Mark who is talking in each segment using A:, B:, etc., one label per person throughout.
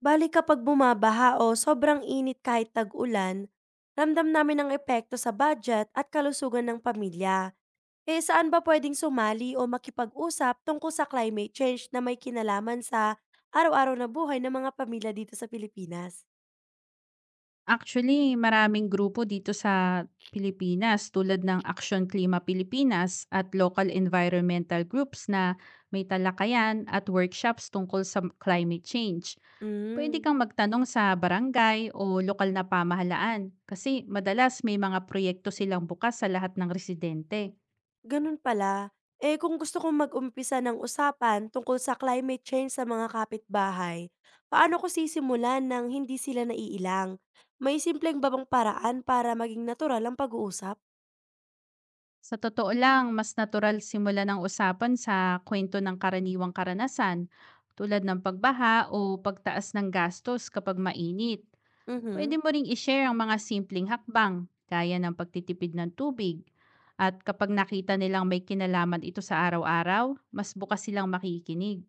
A: Bale kapag bumabaha o sobrang init kahit tag-ulan, ramdam namin ang epekto sa budget at kalusugan ng pamilya. Eh saan ba pwedeng sumali o makipag-usap tungkol sa climate change na may kinalaman sa araw-araw na buhay ng mga pamilya dito sa Pilipinas?
B: Actually, maraming grupo dito sa Pilipinas tulad ng Action Klima Pilipinas at local environmental groups na may talakayan at workshops tungkol sa climate change. Pwede
A: Mm,
B: kang magtanong sa barangay o lokal na pamahalaan kasi madalas may mga proyekto silang bukas sa lahat ng residente.
A: ganun pala. Eh kung gusto kong mag-umpisa ng usapan tungkol sa climate change sa mga kapitbahay, paano ko sisimulan nang hindi sila naiilang? May simpleng babang paraan para maging natural ang pag-uusap?
B: Sa totoo lang, mas natural simula ng usapan sa kwento ng karaniwang karanasan tulad ng pagbaha o pagtaas ng gastos kapag mainit. Pwede
A: Mhm.
B: mo ring i-share ang mga simpleng hakbang gaya ng pagtitipid ng tubig. At kapag nakita nilang may kinalaman ito sa araw-araw, mas bukas silang makikinig.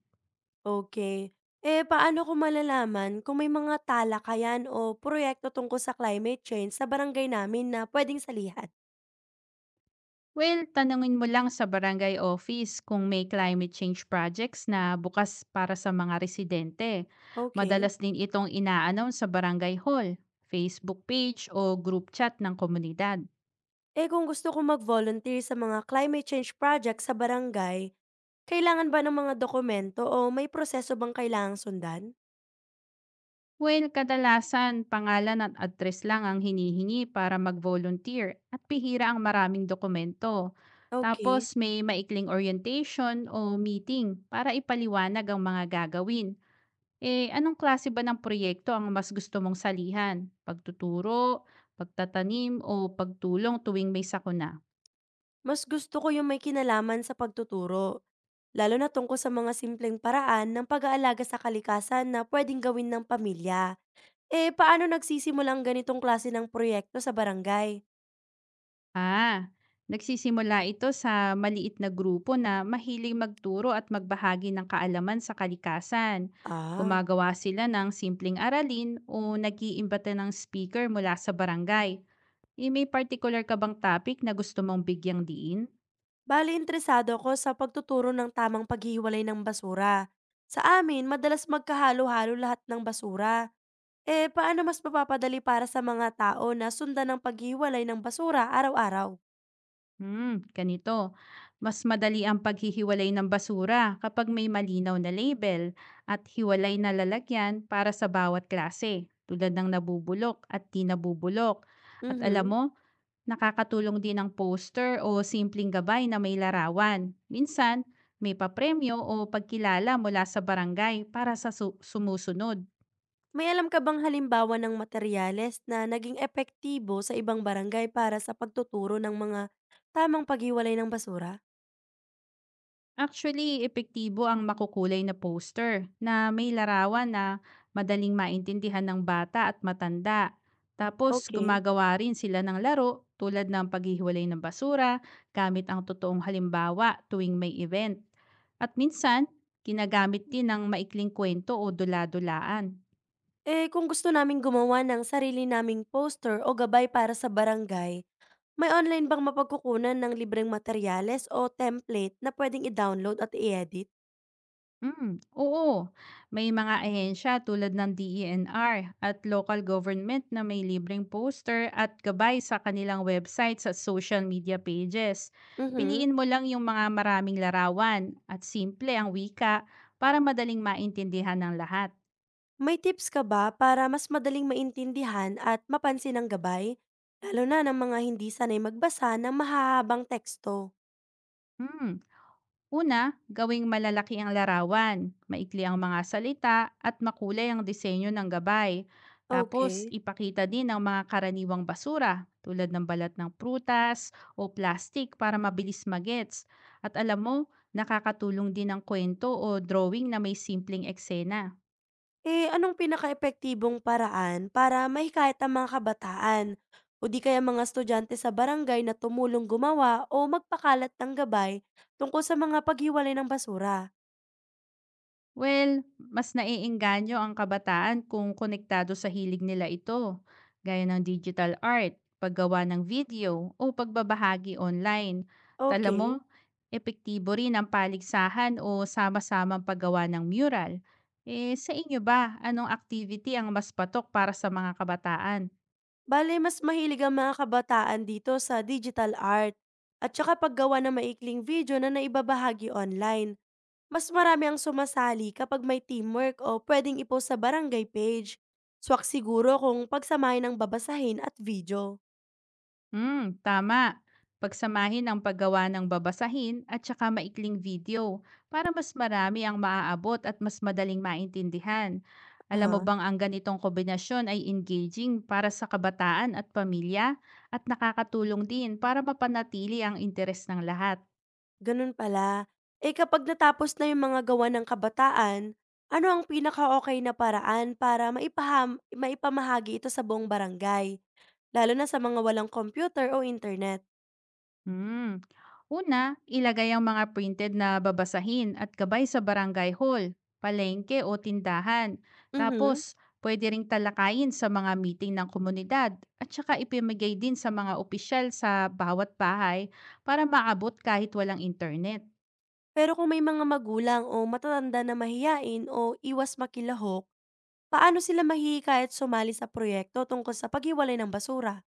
A: Okay. Eh, paano ko malalaman kung may mga talakayan o proyekto tungkol sa climate change sa barangay namin na puwedeng salihan?
B: Well, tanungin mo lang sa barangay office kung may climate change projects na bukas para sa mga residente.
A: Okay.
B: Madalas din itong ina-announce sa barangay hall, Facebook page o group chat ng komunidad.
A: Eh, kung gusto ko mag-volunteer sa mga climate change project sa barangay, kailangan ba ng mga dokumento o may proseso bang kailangang sundan?
B: Well, kadalasan pangalan at address lang ang hinihingi para mag-volunteer at pihira ang maraming dokumento.
A: Okay.
B: Tapos may maikling orientation o meeting para ipaliwanag ang mga gagawin. Eh, anong klase ba ng proyekto ang mas gusto mong salihan? Pagtuturo, pagtatanim o pagtulong tuwing may sakuna?
A: Mas gusto ko yung may kinalaman sa pagtuturo, lalo na tungkol sa mga simpleng paraan ng pag-aalaga sa kalikasan na puwedeng gawin ng pamilya. Eh, paano nagsisimula ang ganitong klase ng proyekto sa barangay?
B: Ah, nagsisimula ito sa maliit na grupo na mahiling magturo at magbahagi ng kaalaman sa kalikasan.
A: Ah,
B: Gumagawa sila ng simpleng aralin o nag-iimbata ng speaker mula sa barangay. E may particular ka bang topic na gusto mong bigyang diin?
A: bali interesado ko sa pagtuturo ng tamang paghiwalay ng basura. Sa amin, madalas magkahalo-halo lahat ng basura. Eh, paano mas mapapadali para sa mga tao na sundan ang paghiwalay ng basura araw-araw?
B: Hmm, ganito. Mas madali ang paghihiwalay ng basura kapag may malinaw na label at hiwalay na lalagyan para sa bawat klase, tulad ng nabubulok at di nabubulok. At alam
A: Mhm.
B: mo, nakakatulong din ang poster o simpleng gabay na may larawan. Minsan, may papremyo o pagkilala mula sa barangay para sa sumusunod.
A: May alam ka bang halimbawa ng materyales na naging epektibo sa ibang barangay para sa pagtuturo ng mga tamang paghiwalay ng basura?
B: Actually, epektibo ang makukulay na poster na may larawan na madaling maintindihan ng bata at matanda. Tapos,
A: Okay.
B: gumagawa rin sila ng laro tulad ng paghihiwalay ng basura gamit ang totoong halimbawa tuwing may event. At minsan, ginagamit din ng maikling kwento o dula-dulaan.
A: Eh, kung gusto naming gumawa ng sarili naming poster o gabay para sa barangay, may online bang mapagkukunan ng libreng materyales o template na pwedeng i-download at i-edit?
B: Hmm, oo. May mga ahensya tulad ng DENR at local government na may libreng poster at gabay sa kanilang website sa social media pages.
A: Mhm.
B: Piliin mo lang yung mga maraming larawan at simple ang wika para madaling maintindihan ng lahat.
A: May tips ka ba para mas madaling maintindihan at mapansin ang gabay? Lalo na ng mga hindi sanay magbasa ng mahahabang teksto.
B: Hmm. Una, gawing malalaki ang larawan, maikli ang mga salita at makulay ang disenyo ng gabay. Tapos,
A: Okay.
B: ipakita din ang mga karaniwang basura tulad ng balat ng prutas o plastic para mabilis magets. At alam mo, nakakatulong din ang kwento o drawing na may simpleng eksena.
A: Eh, anong pinakaepektibong paraan para mahikayat ang mga kabataan o di kaya mga estudyante sa barangay na tumulong gumawa o magpakalat ng gabay tungkol sa mga paghiwalay ng basura?
B: Well, mas naiengganyo ang kabataan kung konektado sa hilig nila ito, gaya ng digital art, paggawa ng video, o pagbabahagi online. At alam mo,
A: Okay.
B: epektibo rin ang paligsahan o sama-samang paggawa ng mural. Eh, sa inyo ba, anong activity ang mas patok para sa mga kabataan?
A: Bale, mas mahilig ang mga kabataan dito sa digital art at saka paggawa ng maikling video na naibabahagi online. Mas marami ang sumasali kapag may teamwork o pwedeng i sa barangay page. Swak siguro kung pagsamahin ng babasahin at video.
B: Hmm, tama. Pagsamahin ang paggawa ng babasahin at saka maikling video para mas marami ang maaabot at mas madaling maintindihan. Alam mo
A: Aha.
B: bang ang ganitong kombinasyon ay engaging para sa kabataan at pamilya at nakakatulong din para mapanatili ang interes ng lahat?
A: Ganun pala. Eh kapag natapos na yung mga gawa ng kabataan, ano ang pinaka okay na paraan para maipaham maipamahagi ito sa buong barangay, lalo na sa mga walang computer o internet?
B: Hmm. Una, ilagay ang mga printed na babasahin at gabay sa barangay hall, palengke o tindahan.
A: Mhm.
B: Tapos, pwede ring talakayin sa mga meeting ng komunidad at saka ipimigay din sa mga opisyal sa bawat bahay para maabot kahit walang internet.
A: Pero kung may mga magulang o matatanda na mahiyain o iwas makilahok, paano sila mahihikayat sumali sa proyekto tungkol sa paghiwalay ng basura?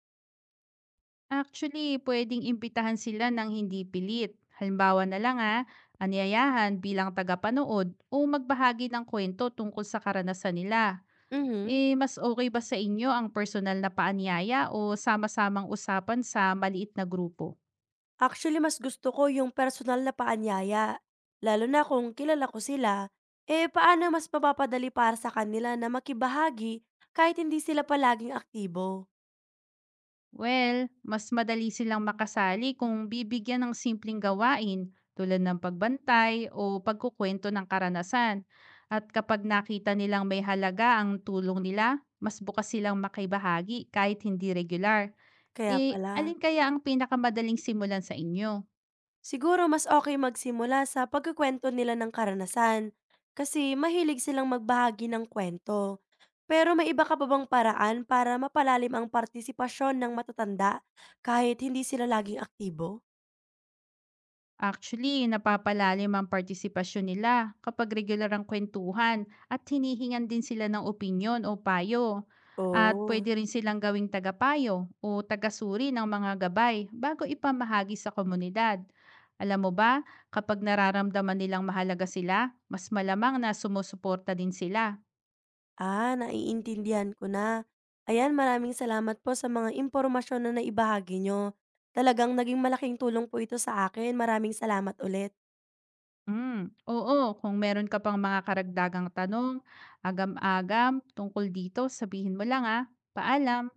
B: Actually, pwedeng imbitahan sila ng hindi pilit. Halimbawa na lang ha, anyayahan bilang tagapanood o magbahagi ng kwento tungkol sa karanasan nila.
A: Mhm.
B: Eh, mas okay ba sa inyo ang personal na paanyaya o sama-samang usapan sa maliit na grupo?
A: Actually, mas gusto ko yung personal na paanyaya, lalo na kung kilala ko sila. Eh, paano mas mapapadali para sa kanila na makibahagi kahit hindi sila palaging aktibo?
B: Well, mas madali silang makasali kung bibigyan ng simpleng gawain tulad ng pagbantay o pagkukwento ng karanasan. At kapag nakita nilang may halaga ang tulong nila, mas bukas silang makibahagi kahit hindi regular.
A: Kaya
B: Eh,
A: pala,
B: alin kaya ang pinakamadaling simulan sa inyo?
A: siguro mas okay magsimula sa pagkukwento nila ng karanasan kasi mahilig silang magbahagi ng kwento. Pero may iba ka pa bang paraan para mapalalim ang partisipasyon ng matatanda kahit hindi sila laging aktibo?
B: Actually, napapalalim ang partisipasyon nila kapag regular ang kwentuhan at hinihingan din sila ng opinyon o payo. At
A: Oo.
B: pwede rin silang gawing tagapayo o tagasuri ng mga gabay bago ipamahagi sa komunidad. Alam mo ba, kapag nararamdaman nilang mahalaga sila, mas malamang na sumusuporta din sila.
A: Ah, naiintindihan ko na. Ayan, maraming salamat po sa mga impormasyon na naibahagi nyo. Talagang naging malaking tulong po ito sa akin. Maraming salamat ulit.
B: Mm, oo, kung meron ka pang mga karagdagang tanong, agam-agam tungkol dito, sabihin mo lang ah. Paalam!